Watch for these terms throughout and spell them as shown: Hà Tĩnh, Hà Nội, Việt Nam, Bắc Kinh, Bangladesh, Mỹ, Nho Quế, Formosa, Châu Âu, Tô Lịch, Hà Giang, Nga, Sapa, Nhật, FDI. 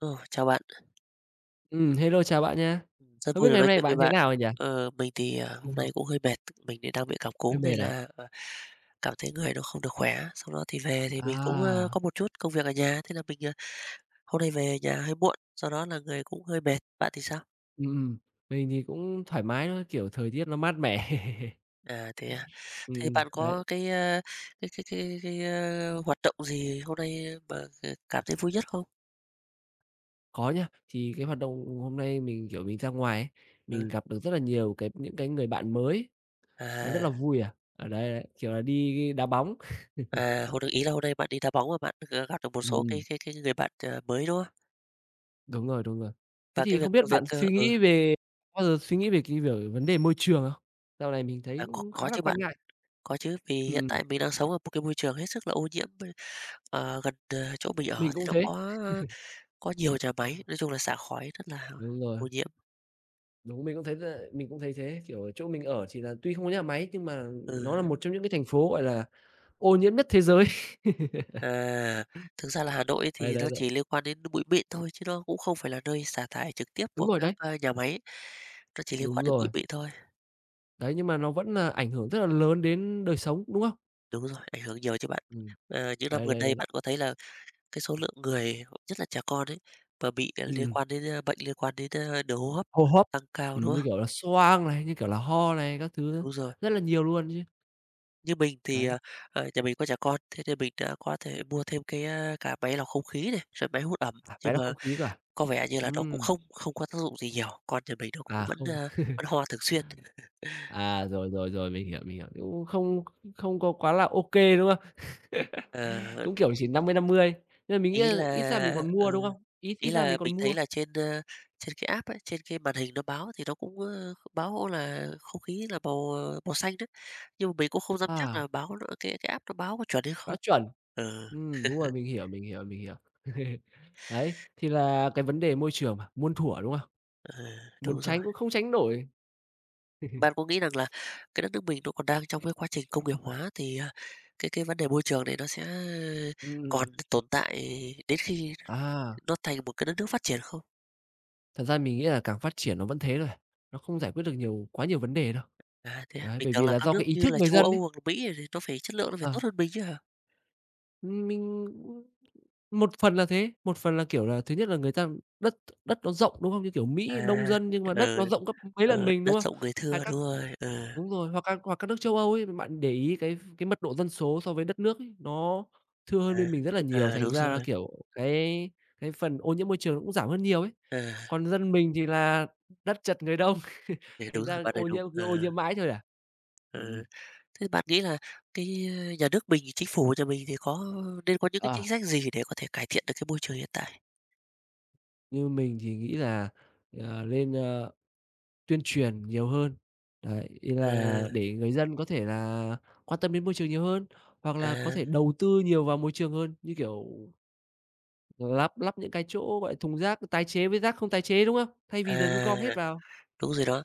Ờ, chào bạn. Hello, chào bạn nha. Rất Không biết vui được ngày hôm nói nay của chuyện với bạn thế bạn. nào rồi nhỉ? Mình thì, hôm Ừm, nay cũng hơi mệt, mình thì đang bị cảm hơi cúm mệt nên à? là cảm thấy người nó không được khỏe. Sau đó thì về thì mình cũng À, có một chút công việc ở nhà, thế là mình hôm nay về nhà hơi muộn, do đó là người cũng hơi mệt. Bạn thì sao? ừm, ừm, mình thì cũng thoải mái thôi, kiểu, thời tiết nó mát mẻ. À? Thế bạn đấy, có cái, ơ, hoạt động gì hôm nay mà cảm thấy vui nhất không? có nha. Thì cái hoạt động hôm nay mình, kiểu, mình ra ngoài ấy, Ừ, mình gặp được rất là nhiều những người bạn mới, nó rất à, là vui à. Ở đấy, đấy, kiểu là, đi đá bóng. à, hôm được ý là hôm nay bạn đi đá bóng mà bạn gặp được một Ừm, số cái ừm, cái cái người bạn mới, đúng không? đúng rồi, đúng rồi. Thế Và thì cái việc không biết việc, bạn ờ suy ừ. nghĩ về bao giờ suy nghĩ về cái việc vấn đề môi trường không? Dạo này mình thấy À, có cũng khá có là chứ bạn, quan ngại. có chứ. Vì hiện Ừm, ừm, tại mình đang sống ở một cái môi trường hết sức là ô nhiễm. Gần, chỗ mình ở mình thì cũng nó thế. có, có nhiều nhà máy, nói chung là xả khói rất là Đúng rồi. ô nhiễm. Đúng, mình cũng thấy là mình cũng thấy thế, kiểu, ở chỗ mình ở thì là tuy không có nhà máy nhưng mà nó là Ừ, một trong những cái thành phố, gọi là, ô nhiễm nhất thế giới. à, thực ra là Hà Nội Đấy, thì đấy, nó đấy. chỉ liên quan đến bụi mịn thôi chứ nó cũng không phải là nơi xả thải trực tiếp Đúng của rồi các, đấy, ơ, nhà máy, nó chỉ liên đúng quan đến rồi. bụi mịn thôi. Đấy, nhưng mà nó vẫn là ảnh hưởng rất là lớn đến đời sống, đúng không? Đúng rồi, ảnh hưởng nhiều chứ bạn. Ừm, Những năm đấy, gần đấy, đấy, đây đấy. bạn có thấy là cái số lượng người, nhất là trẻ con ấy, mà bị liên Ừm, quan đến bệnh liên quan đến đường hô hấp hô hấp, tăng cao, đúng như không? kiểu là xoang này, như kiểu là ho này, các thứ Đúng rồi. rất là nhiều luôn chứ. Như mình thì, Đấy, ờ, ờ, nhà mình có trẻ con, thế nên mình đã có thể mua thêm cái cả máy lọc không khí này, rồi máy hút ẩm, à, máy nhưng lọc mà không khí cơ à? có vẻ như là nó cũng Ừm, không không có tác dụng gì nhiều, con nhà mình nó cũng à, vẫn, không, a, vẫn ho thường xuyên. à, rồi, rồi, rồi, mình hiểu, cũng không không có quá là ô kê, đúng không? Ờ, Cũng, kiểu, chỉ năm mươi nên là mình nghĩ ý là là ít ra mình còn mua, ừ, đúng không? Ít ít ý ra là mình còn mình thấy mua. là trên cái app ấy, trên cái màn hình nó báo thì nó cũng báo là không khí là màu màu xanh đấy, nhưng mà mình cũng không dám chắc À, là báo nó cái app nó báo có chuẩn hay đã không. chuẩn. Ừ, Đúng rồi, mình hiểu, mình hiểu, mình hiểu. Đấy, thì là cái vấn đề môi trường mà, muôn thuở, đúng không? ừ, Muốn đúng rồi. tránh cũng không tránh nổi. Bạn có nghĩ rằng là cái đất nước mình nó còn đang trong cái quá trình công nghiệp hóa thì cái vấn đề môi trường này nó sẽ Ừm, ừm, ừm. còn tồn tại đến khi À, nó thành một cái đất nước phát triển không? thật ra mình nghĩ là càng phát triển nó vẫn thế thôi à, nó không giải quyết được nhiều quá nhiều vấn đề đâu. À, thế à? Đấy, Mình bởi tưởng vì là là các do nước cái ý như thức là người châu dân ấy. Âu hoặc là Mỹ thì nó phải chất lượng nó phải Ờ, tốt hơn mình chứ hả? mình một phần là thế, một phần là, kiểu là, thứ nhất là người ta đất đất nó rộng, đúng không? Như kiểu Mỹ À, đông dân nhưng mà đất ừ, nó rộng gấp mấy lần ừ, mình, đất đúng không? rộng người Hay thưa, đúng các rồi, ừ, đúng rồi, hoặc các nước châu Âu ấy, bạn để ý cái mật độ dân số so với đất nước ấy, nó thưa hơn à, bên mình rất là nhiều, à, thành đúng ra là, rồi, kiểu, cái phần ô nhiễm môi trường nó cũng giảm hơn nhiều ấy. à, Còn dân mình thì là đất chật người đông, thì đúng thành rồi, ra bạn nói ô đúng, nhiễm cứ ờ, ô nhiễm mãi thôi à. Ừm, ừm. ừ. Thế bạn nghĩ là cái nhà nước mình, chính phủ nhà mình thì có nên có những cái Ờ, chính sách gì để có thể cải thiện được cái môi trường hiện tại? như mình thì nghĩ là, lên, tuyên truyền nhiều hơn. Đấy, ý là À, để người dân có thể là quan tâm đến môi trường nhiều hơn, hoặc là có à, thể đầu tư nhiều vào môi trường hơn, như kiểu lắp lắp những cái chỗ, gọi là, thùng rác tái chế với rác không tái chế, đúng không? Thay vì giờ cứ gom hết à, vào. đúng rồi đó.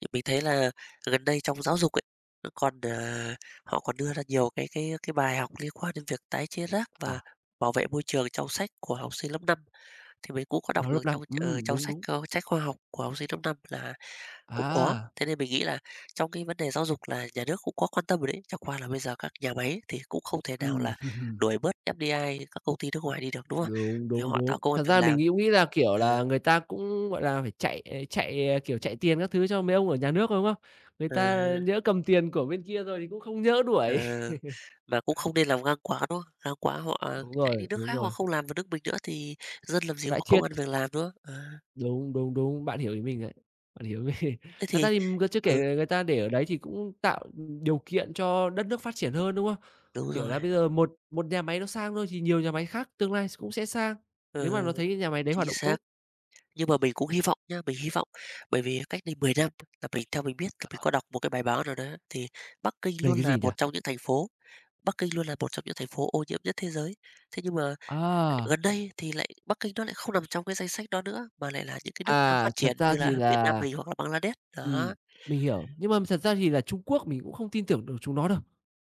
Thì mình thấy là gần đây trong giáo dục ấy, nó còn họ còn đưa ra nhiều cái bài học liên quan đến việc tái chế rác À, và bảo vệ môi trường trong sách của học sinh lớp 5. Thì mình cũng có đọc vào lớp được 5, trong, ờ, trong đúng, sách, đúng. ơ, sách khoa học của học sinh lớp 5 là cũng có. À, Thế nên mình nghĩ là trong cái vấn đề giáo dục là nhà nước cũng có quan tâm rồi đấy, chẳng qua là bây giờ các nhà máy thì cũng không thể nào ừm, là đuổi bớt FDI, các công ty nước ngoài đi được, đúng không? đúng, Vì đúng, họ tạo đúng. công ăn Thật việc ra mình làm. nghĩ cũng nghĩ là, kiểu Ừ, là, người ta cũng, gọi là, phải chạy, chạy, kiểu, chạy tiền các thứ cho mấy ông ở nhà nước, đúng không? Người ta à. nhỡ cầm tiền của bên kia rồi thì cũng không nhỡ đuổi. Ờ, mà cũng không nên làm ngang quá, đúng không? Ngang quá họ Đúng chạy rồi, đi nước đúng khác, họ rồi. không làm vào nước mình nữa thì dân làm gì Rãi có công triết, ăn việc nữa không? À, đúng, đúng, đúng, bạn hiểu ý mình đấy, bạn hiểu ý mình. thế Thật ra thì thì người chưa kể ừ, là người ta để ở đấy thì cũng tạo, điều kiện cho đất nước phát triển hơn, đúng không? đúng Kiểu rồi, là bây giờ một một nhà máy nó sang thôi thì nhiều nhà máy khác tương lai cũng sẽ sang, nếu mà ừ, nó thấy cái nhà máy đấy chính hoạt động xác. tốt. Nhưng mà mình cũng hy vọng nhá, mình hy vọng, bởi vì cách đây 10 năm là mình theo mình biết là mình Ờ, có đọc một cái bài báo nào đó thì Bắc Kinh về luôn cái là gì nhỉ? một trong những thành phố Bắc Kinh luôn là một trong những thành phố ô nhiễm nhất thế giới. Thế nhưng mà À, gần đây thì lại Bắc Kinh nó lại không nằm trong cái danh sách đó nữa, mà lại là những cái nước đang à, phát thật triển ra như thì là Việt Nam là mình hoặc là Bangladesh, ừm, đó. mình hiểu, nhưng mà thật ra thì là Trung Quốc mình cũng không tin tưởng được chúng nó đâu.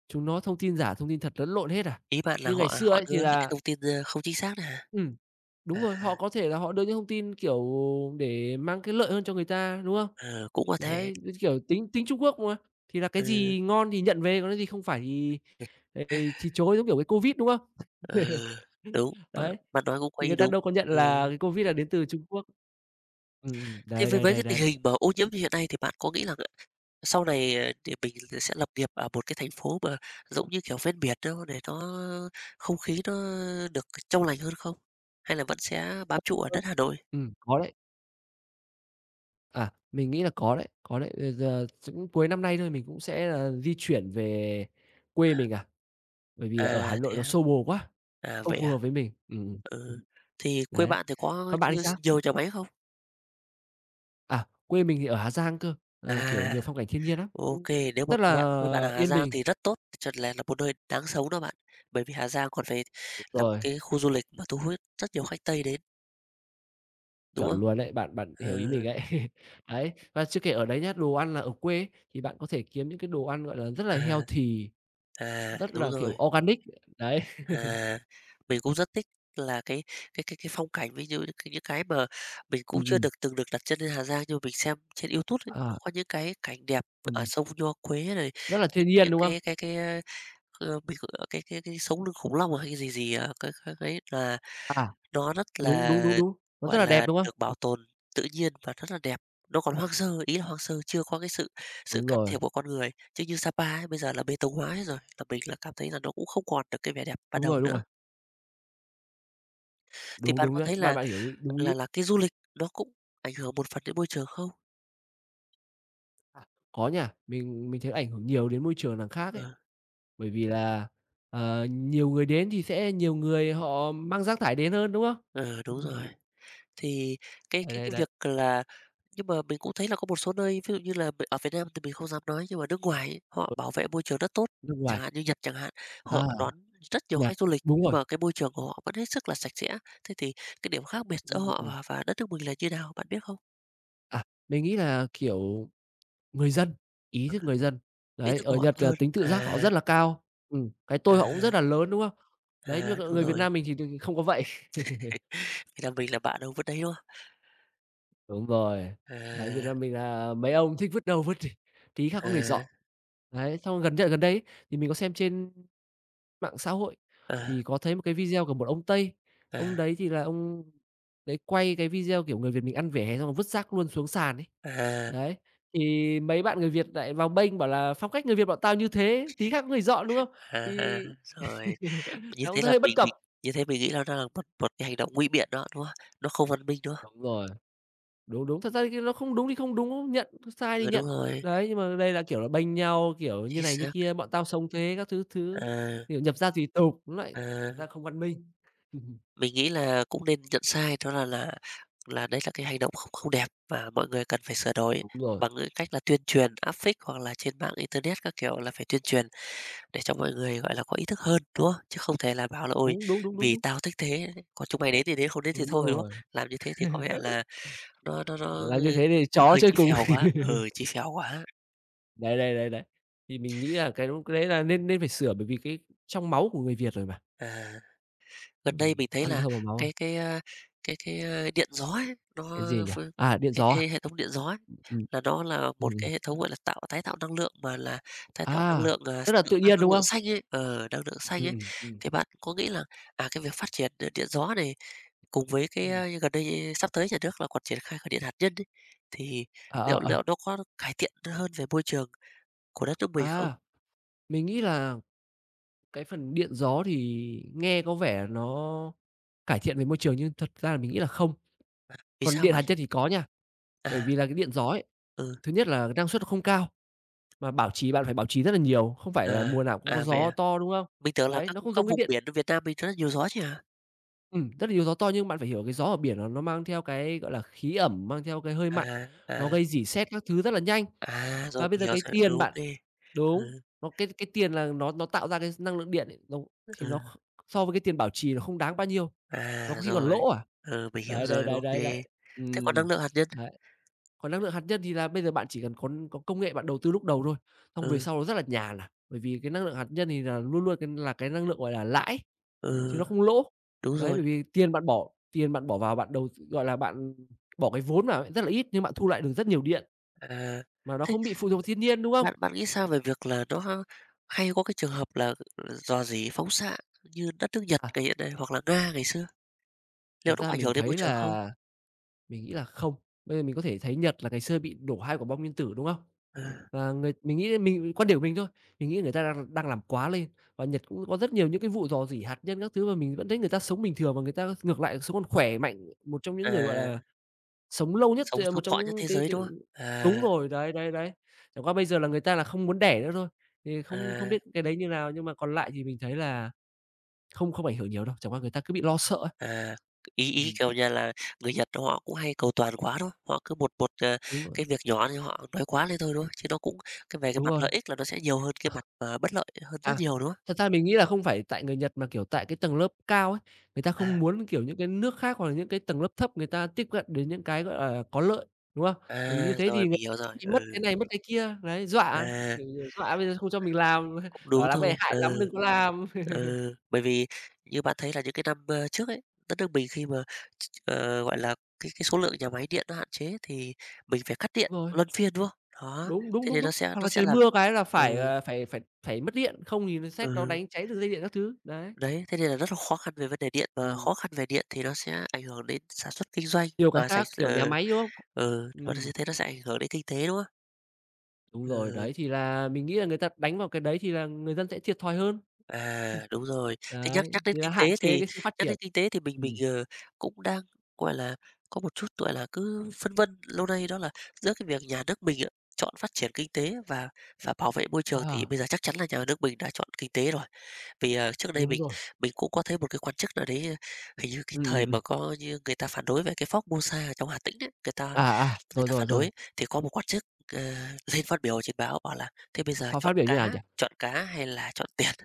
Chúng nó thông tin giả, thông tin thật lẫn lộn hết à. Ý bạn là Như ngày họ xưa họ ấy thì đưa ra cái là thông tin, ra không chính xác đấy hả? ừm. Đúng À, rồi, họ có thể là họ đưa những thông tin, kiểu, để mang cái lợi hơn cho người ta, đúng không? ờ, cũng có thể. Đấy, kiểu tính tính Trung Quốc mà, thì là cái Ừ, gì ngon thì nhận về, còn cái gì không phải thì thì chối, giống kiểu cái Covid, đúng không? ờ, đúng, bạn Đấy, bạn nói cũng có thì người ý ta đúng. đâu có nhận Ừ. là cái Covid là đến từ Trung Quốc. Thế Đấy, với đấy, với đấy, cái tình đấy. hình mà ô nhiễm như hiện nay thì bạn có nghĩ rằng sau này, thì mình sẽ lập nghiệp ở một cái thành phố mà giống như, kiểu, ven biển đâu để nó không khí nó được trong lành hơn không? Hay là vẫn sẽ bám trụ ở đất Hà Nội? Có đấy. À, mình nghĩ là có đấy, có đấy. Bây giờ cũng cuối năm nay thôi mình cũng sẽ là di chuyển về quê mình à. Bởi vì là ở À, Hà Nội thế nó à? xô bồ quá, À, không vậy phù à? hợp với mình. Ừ. Thì quê Đấy. bạn thì có Còn bạn thì sao? nhiều nhà máy không? À, quê mình thì ở Hà Giang cơ, kiểu, À. nhiều phong cảnh thiên nhiên lắm, cũng OK, nếu mà rất quê là bạn quê bạn ở Hà yên Giang bình. thì rất tốt, thật là một nơi đáng sống đó bạn, bởi vì Hà Giang còn phải Đúng là một rồi, cái khu du lịch mà thu hút rất nhiều khách Tây đến, đúng chuẩn không? luôn đấy, bạn bạn hiểu ý mình Ừ, ấy. Đấy, và chưa kể ở đấy nhá, đồ ăn là ở quê ấy, thì bạn có thể kiếm những cái đồ ăn, gọi là, rất là à, healthy, à, rất đúng là, kiểu, rồi, organic, đấy. à, mình cũng rất thích là cái phong cảnh, ví dụ như cái những cái mà mình cũng Ừm, chưa ừm, từng được đặt chân lên Hà Giang, nhưng mà mình xem trên YouTube ấy, nó à, có những cái cảnh đẹp ở ừm, sông Nho Quế này, rất là những thiên nhiên, những đúng không? cái mình, cái sống lưng khủng long à hay cái gì gì, cái đấy là À, nó rất đúng, là, đúng, đúng, đúng, nó rất gọi là đẹp, là, đúng không? được bảo tồn tự nhiên và rất là đẹp, nó còn hoang sơ, ý là hoang sơ chưa có cái sự sự Đúng can rồi, thiệp của con người. Chứ như Sapa ấy, bây giờ là bê tông hóa hết rồi, là mình là cảm thấy là nó cũng không còn được cái vẻ đẹp ban đúng đầu rồi, đúng rồi, nữa. Thì đúng, bạn đúng có đấy, thấy bạn là bạn hiểu ý đúng ý là là cái du lịch nó cũng ảnh hưởng một phần đến môi trường không? à, có nha, mình thấy ảnh hưởng nhiều đến môi trường làng khác Ờ, ấy, bởi vì là, nhiều người đến thì sẽ nhiều người họ mang rác thải đến hơn, đúng không? ờ, đúng rồi. Thì cái Đấy, cái đấy, cái đấy, việc là nhưng mà mình cũng thấy là có một số nơi, ví dụ như là ở Việt Nam thì mình không dám nói, nhưng mà nước ngoài ấy, ừ, họ bảo vệ môi trường rất tốt, nước ngoài, chẳng hạn như Nhật chẳng hạn, họ à, đón rất nhiều Nhật, khách du lịch, đúng nhưng rồi, mà cái môi trường của họ vẫn hết sức là sạch sẽ. Thế thì cái điểm khác biệt giữa họ ừm, và đất nước mình là như nào, bạn biết không? à, mình nghĩ là, kiểu, người dân, ý thức người dân, Ý đấy, thức của ở họ tốt Nhật là hơn. tính tự giác họ À, rất là cao, cái tôi họ cũng à, rất là lớn, đúng không? Đấy, nhưng à, mà đúng người Việt rồi. Nam mình thì đừng không có vậy. Vậy là mình là bạn ở vứt đấy, đúng không? Đúng rồi. Đấy, Việt À, Nam mình là mấy ông thích vứt đâu vứt đi, tí khác có người dọn. à, Đấy, xong gần đây ấy, thì mình có xem trên mạng xã hội à, thì có thấy một cái video của một ông Tây, ông đấy thì là ông đấy quay cái video, kiểu, người Việt mình ăn vỉa hè xong rồi vứt rác luôn xuống sàn ấy. à, Đấy, thì mấy bạn người Việt lại vào bênh bảo là phong cách người Việt bọn tao như thế, tí khác có người dọn, đúng không? à, à, Thì rồi. Như nó cũng thế là hơi bất mình cập. mình như thế mình nghĩ là nó là một một cái hành động nguy biện đó, đúng không? Nó không văn minh, đúng không? Đúng rồi. Đúng, đúng, thật ra thì cái nó không đúng thì không đúng, nhận, sai thì Ừ, đúng nhận. rồi, Đấy, nhưng mà đây là, kiểu là, bênh nhau, kiểu, như chính này như xác. kia, "Bọn tao sống thế" các thứ thứ, À, kiểu, nhập gia tùy tục, nó lại à, thật ra không văn minh. mình nghĩ là cũng nên nhận sai đó là là đấy là cái hành động không không đẹp và mọi người cần phải sửa đổi Đúng rồi, bằng cái cách là tuyên truyền áp phích hoặc là trên mạng internet các kiểu là phải tuyên truyền để cho mọi người, gọi là, có ý thức hơn, đúng không? Chứ không thể là bảo là "Ôi, đúng, đúng, đúng, đúng, vì đúng, tao thích thế, còn chúng mày đến thì đến, không đến thì đúng thôi", đúng không? rồi, Làm như thế thì có vẻ là nó làm như thế thì chó hơi chơi chí cùng. phèo quá, ừ, chí phèo quá. Đấy, đấy, đấy, đấy, thì mình nghĩ là cái đúng cái đấy là nên nên phải sửa bởi vì cái trong máu của người Việt rồi mà. À, gần đây mình thấy Ăn là thơm vào máu à. cái cái, a, cái, a, điện gió ấy, nó Cái gì nhỉ? ph À, điện cái gió à? cái hệ thống điện gió ấy, Ừm, ừm, là nó là một ừm. cái hệ thống, gọi là, tái tạo năng lượng mà là tái tạo năng À, lượng, tức là tự tự nhiên, năng đúng lượng không? xanh ấy, năng lượng xanh Ừm, ấy. ừm, ừm, Thì bạn có nghĩ là, cái việc phát triển, điện gió này cùng với cái, ừm. a, gần đây sắp tới nhà nước là còn triển khai cả điện hạt nhân ấy, thì Ờ, ờ, liệu ờ, liệu nó có cải thiện hơn về môi trường của đất nước mình không? à. Mình nghĩ là cái phần điện gió thì nghe có vẻ nó cải thiện về môi trường nhưng thật ra là mình nghĩ là không. Vì Còn sao điện bạn? hạt nhân thì có nha, bởi À, vì là cái điện gió ấy, ừ, thứ nhất là năng suất nó không cao, mà bảo trì bạn phải bảo trì rất là nhiều, không phải là à, mùa nào cũng có à, vậy gió à? to, đúng không? Mình tưởng là Đấy, các nó không giống các cái vùng điện biển ở Việt Nam mình rất là nhiều gió chứ hả? Rất là nhiều gió to nhưng bạn phải hiểu cái gió ở biển nó mang theo cái, gọi là, khí ẩm, mang theo cái hơi mặn, À, nó à, gây rỉ sét các thứ rất là nhanh. à, Và rồi bây mình giờ hiểu cái rồi, ừ, tiền ô bạn Ừ, đúng, nó cái tiền là nó tạo ra cái năng lượng điện ấy, nó thì nó kh ừ, so với cái tiền bảo trì nó không đáng bao nhiêu, nó à, có khi còn rồi, lỗ à. ừ, mình hiểu Đấy, đấy, rồi, đấy, OK. đấy, đấy. Thế còn Ừm, năng lượng hạt nhân? đấy. Còn năng lượng hạt nhân thì là bây giờ bạn chỉ cần có công nghệ bạn đầu tư lúc đầu thôi, xong về Ừ, sau nó rất là nhàn à, bởi vì cái năng lượng hạt nhân thì là luôn luôn cái là cái năng lượng, gọi là, lãi. Chứ nó ừ, không lỗ. đúng Đấy, rồi, bởi vì tiền bạn bỏ vào bạn đầu gọi là, bạn bỏ cái vốn vào ấy rất là ít nhưng bạn thu lại được rất nhiều điện, à. mà nó Thế không bị phụ thuộc vào thiên nhiên, đúng không? bạn bạn nghĩ sao về việc là hay có cái trường hợp là, rò rỉ phóng xạ như đất nước Nhật À, ngày hiện nay hoặc là Nga ngày xưa, thật liệu nó ra có ảnh mình hưởng đến môi thấy trường không? là mình nghĩ là không. Bây giờ mình có thể thấy Nhật là ngày xưa bị đổ 2 quả bom nguyên tử, đúng không? Ừ, Và người mình nghĩ mình quan điểm của mình thôi, mình nghĩ người ta đang đang làm quá lên. Và Nhật cũng có rất nhiều những cái vụ rò rỉ hạt nhân các thứ mà mình vẫn thấy người ta sống bình thường và người ta ngược lại sống còn khỏe mạnh, một trong những người, gọi là, à, sống lâu nhất thì sống là sót một trong thọ nhất những thế cái giới, cái đúng không? đúng À, rồi, đấy, đấy, đấy. Chẳng qua bây giờ là người ta là không muốn đẻ nữa thôi, thì không không à. biết cái đấy như nào, nhưng mà còn lại thì mình thấy là không không ảnh hưởng nhiều đâu, chẳng qua người ta cứ bị lo sợ ấy. À, ý ý, Ừm, kiểu như là, người Nhật họ cũng hay cầu toàn quá, đúng không? Họ cứ một một, đúng rồi, cái việc nhỏ thì họ nói quá lên thôi, đúng không? Chứ nó cũng cái về cái đúng mặt rồi. lợi ích là nó sẽ nhiều hơn cái mặt, bất lợi hơn rất À, nhiều, đúng không? thật ra mình nghĩ là không phải tại người Nhật mà, kiểu, tại cái tầng lớp cao ấy, người ta không À, muốn, kiểu, những cái nước khác hoặc là những cái tầng lớp thấp người ta tiếp cận đến những cái, gọi là, có lợi, đúng không? Bởi vì như à, thế rồi, thì người mình ta hiểu rồi, bị mất cái ừ, này, mất cái kia, đấy, dọa, à, kiểu, dọa bây giờ không cho mình làm, cũng bảo đúng làm cái này thôi, hại lắm, đừng ừ, có làm. ừ. Bởi vì như bạn thấy là những cái năm, trước ấy, đất nước mình khi mà gọi là, cái số lượng nhà máy điện nó hạn chế thì mình phải cắt Đúng điện rồi, luân phiên, đúng không? Đó, đúng, đúng, thế đúng, nên nó đúng. sẽ Hoặc nó là sẽ trời là mưa cái là ừ, phải, phải mất điện, không thì nó sét nó ừ. đánh cháy đường dây điện các thứ, đấy. Đấy, thế nên là rất là khó khăn về vấn đề điện, và Ừm, khó khăn về điện thì nó sẽ ảnh hưởng đến sản xuất kinh doanh, nhiều cái và khác, kiểu, nhà máy, đúng không? ừ, và nó Ừm. sẽ thế nó sẽ ảnh hưởng đến kinh tế, đúng không? Đúng rồi, Ừ, đấy, thì là mình nghĩ là người ta đánh vào cái đấy thì là người dân sẽ thiệt thòi hơn. Ừm. à, đúng rồi. Thế nhắc Đấy, nhắc đến thì là kinh hạn tế chế thì cái sự phát nhắc triển. đến kinh tế thì mình, Ừm. Cũng đang, gọi là, có một chút, gọi là, cứ phân vân lâu nay đó là giữa cái việc nhà nước mình á, chọn phát triển kinh tế và bảo vệ môi trường thì À, bây giờ chắc chắn là nhà nước mình đã chọn kinh tế rồi. Vì, trước đây đúng mình rồi. mình cũng có thấy một cái quan chức nào đấy, hình như cái Ừm, ừm, thời ừm. mà có như người ta phản đối về cái Formosa ở trong Hà Tĩnh ấy, À, à, người rồi, ta rồi, phản rồi. đối thì có một quan chức, ờ, lên phát biểu trên báo bảo là "Thế bây giờ Họ phát biểu như nào nhỉ? Chọn cá hay là chọn tiền?"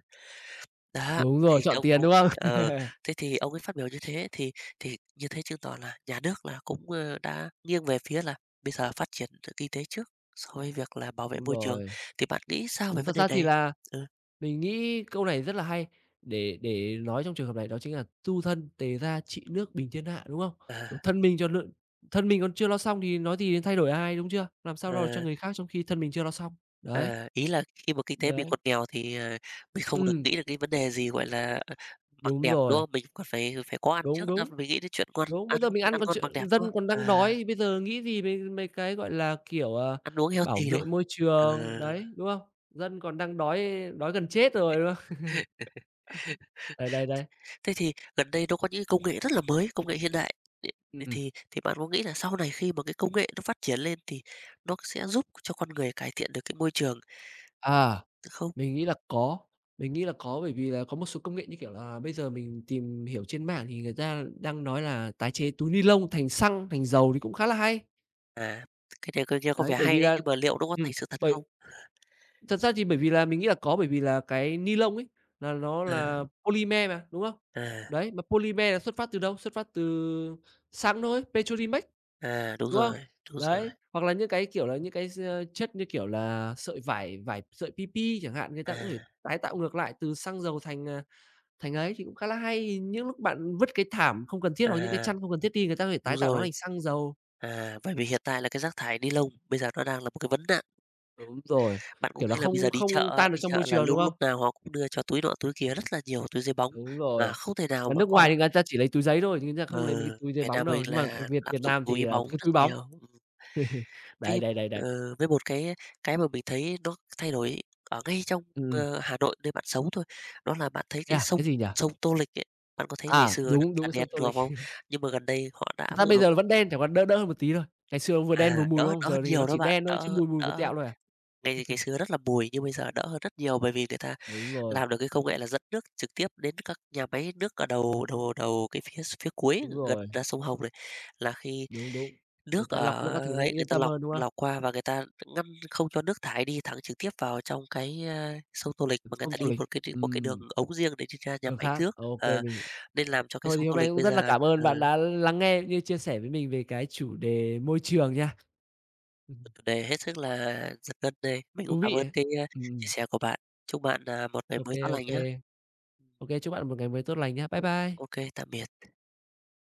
Đó, Đúng rồi, thì chọn ông tiền, ông đúng không? ờ, thế thì ông ấy phát biểu như thế thì như thế chứng tỏ là nhà nước là cũng, đã nghiêng về phía là bây giờ phát triển kinh tế trước so với việc là bảo vệ Đúng môi trường, rồi. thì bạn nghĩ sao về Đúng, thật vấn đề ra thì này? là Ừ, mình nghĩ câu này rất là hay để nói trong trường hợp này đó chính là "Tu thân, tề gia, trị nước, bình thiên hạ", đúng không? à, Đúng, thân mình cho nước thân mình còn chưa lo xong thì nói gì đến thay đổi ai, đúng chưa? Làm sao lo được cho ờ. người khác trong khi thân mình chưa lo xong. Đấy, Ờ, ý là khi mà kinh tế mình đấy. còn nghèo thì, mình không được Ừm, nghĩ được cái vấn đề gì, gọi là, mặc đúng đẹp, đúng rồi, không? Mình còn phải phải có ăn trước đúng, đã, đúng, mình nghĩ đến chuyện đúng. ăn Bây giờ mình ăn ăn còn ngon chưa mặc đẹp, đúng dân không? còn đang À, đói, thì bây giờ nghĩ gì về mấy cái, gọi là, kiểu, à, ăn uống bảo healthy, đúng vệ không? môi trường, Ờ. đấy, đúng không? Dân còn đang đói đói gần chết rồi, đúng không? Đấy, đấy, đấy. Thế thì gần đây nó có những công nghệ rất là mới, công nghệ hiện đại, thì Ừm, thì bạn có nghĩ là sau này khi mà cái công nghệ nó phát triển lên thì nó sẽ giúp cho con người cải thiện được cái môi trường à, không? mình nghĩ là có, mình nghĩ là có bởi vì là có một số công nghệ, như kiểu là, bây giờ mình tìm hiểu trên mạng thì người ta đang nói là tái chế túi ni lông thành xăng, thành dầu thì cũng khá là hay. À, cái này coi nghe có Đấy, vẻ bởi vì hay đấy, là nhưng mà liệu nó có ừm, thành sự thật không? bởi thật ra thì bởi vì là mình nghĩ là có, bởi vì là cái ni lông ấy, là nó À, là polymer mà, đúng không? à, Đấy, mà polymer là xuất phát từ đâu? Xuất phát từ xăng thôi, Petrolimex, à, đúng không? Đúng rồi, Đấy, hoặc là những cái, kiểu là, những cái s chất như kiểu là sợi vải vải sợi PP chẳng hạn, người ta cũng có thể à. tái tạo ngược lại từ xăng dầu thành, à, thành ấy thì cũng khá là hay. Những lúc bạn vứt cái thảm không cần thiết hoặc những cái À, chăn không cần thiết đi, người ta có thể đúng tái tạo nó rồi. thành xăng dầu. À, bởi vì hiện tại là cái rác thải ni lông bây giờ nó đang là một cái vấn nạn. Đúng rồi, Bạn cũng kiểu, nó thấy là bây không giờ không tan được đi trong môi chợ là trường, đúng lúc không? lúc nào họ cũng đưa cho túi nọ túi kia rất là nhiều túi giấy bóng, Đúng mà rồi. không thể nào Mà mà nước ngoài có thì người ta chỉ lấy túi giấy thôi, chứ người ta không ờ, lấy mấy cái túi giấy Việt bóng Nam mình đâu, nhưng mà ở là Việt lạm Việt dụng Nam thì, túi à, bóng cái rất túi bóng. nhiều. Đấy, Với, đấy, đấy, đấy. với một cái mà mình thấy nó thay đổi ở ngay trong, Ừm, ừm. Hà Nội nơi bạn sống thôi, đó là bạn thấy Thế cái à? sông Cái gì nhỉ? sông Tô Lịch ấy, bạn có thấy ngày À, xưa rất đúng, là đúng sông đen Tô đùa Lịch. không? Nhưng mà gần đây họ đã Thật áp ra dụng bây được giờ vẫn đen, chẳng qua đỡ đỡ hơn một tí thôi. Ngày xưa nó vừa đen vừa à, mùi, đúng đỡ không? đỡ Giờ thì nó nhiều đó chỉ bạn, đen thôi, chứ đỡ mùi mùi vừa đỡ tẹo thôi à. Ngày xưa rất là mùi nhưng bây giờ đỡ hơn rất nhiều, bởi vì người ta Đúng rồi, làm được cái công nghệ là dẫn nước trực tiếp đến các nhà máy nước ở đầu đầu đầu cái phía phía cuối đúng gần rồi, ra sông Hồng này, là khi đúng, đúng. Người nước ta ở lọc nước các thứ nó cũng ấy người yên ta tâm lọc hơn, đúng không? lọc qua và người ta ngăn không cho nước thải đi thẳng trực tiếp vào trong cái, sông Tô Lịch, mà người Sông ta Tô đi Lịch. Một cái đường ống riêng để đi ra nhà Đường máy khác. nước, OK, ờ, mình nên làm cho cái thôi thì sông hôm Tô nay Lịch cũng bây rất là giờ cảm ơn ờ, bạn đã lắng nghe cũng như chia sẻ với mình về cái chủ đề môi trường nha. Ừm, chủ đề hết sức là giật gân này. Mình cũng thú cảm vị ơn ấy. cái, Ừm, chia ừm. sẻ của bạn. Chúc bạn, một ngày OK, OK, mới tốt lành nhé. OK, chúc bạn một ngày mới tốt lành nhé. Bye Ô bye. ô tạm biệt.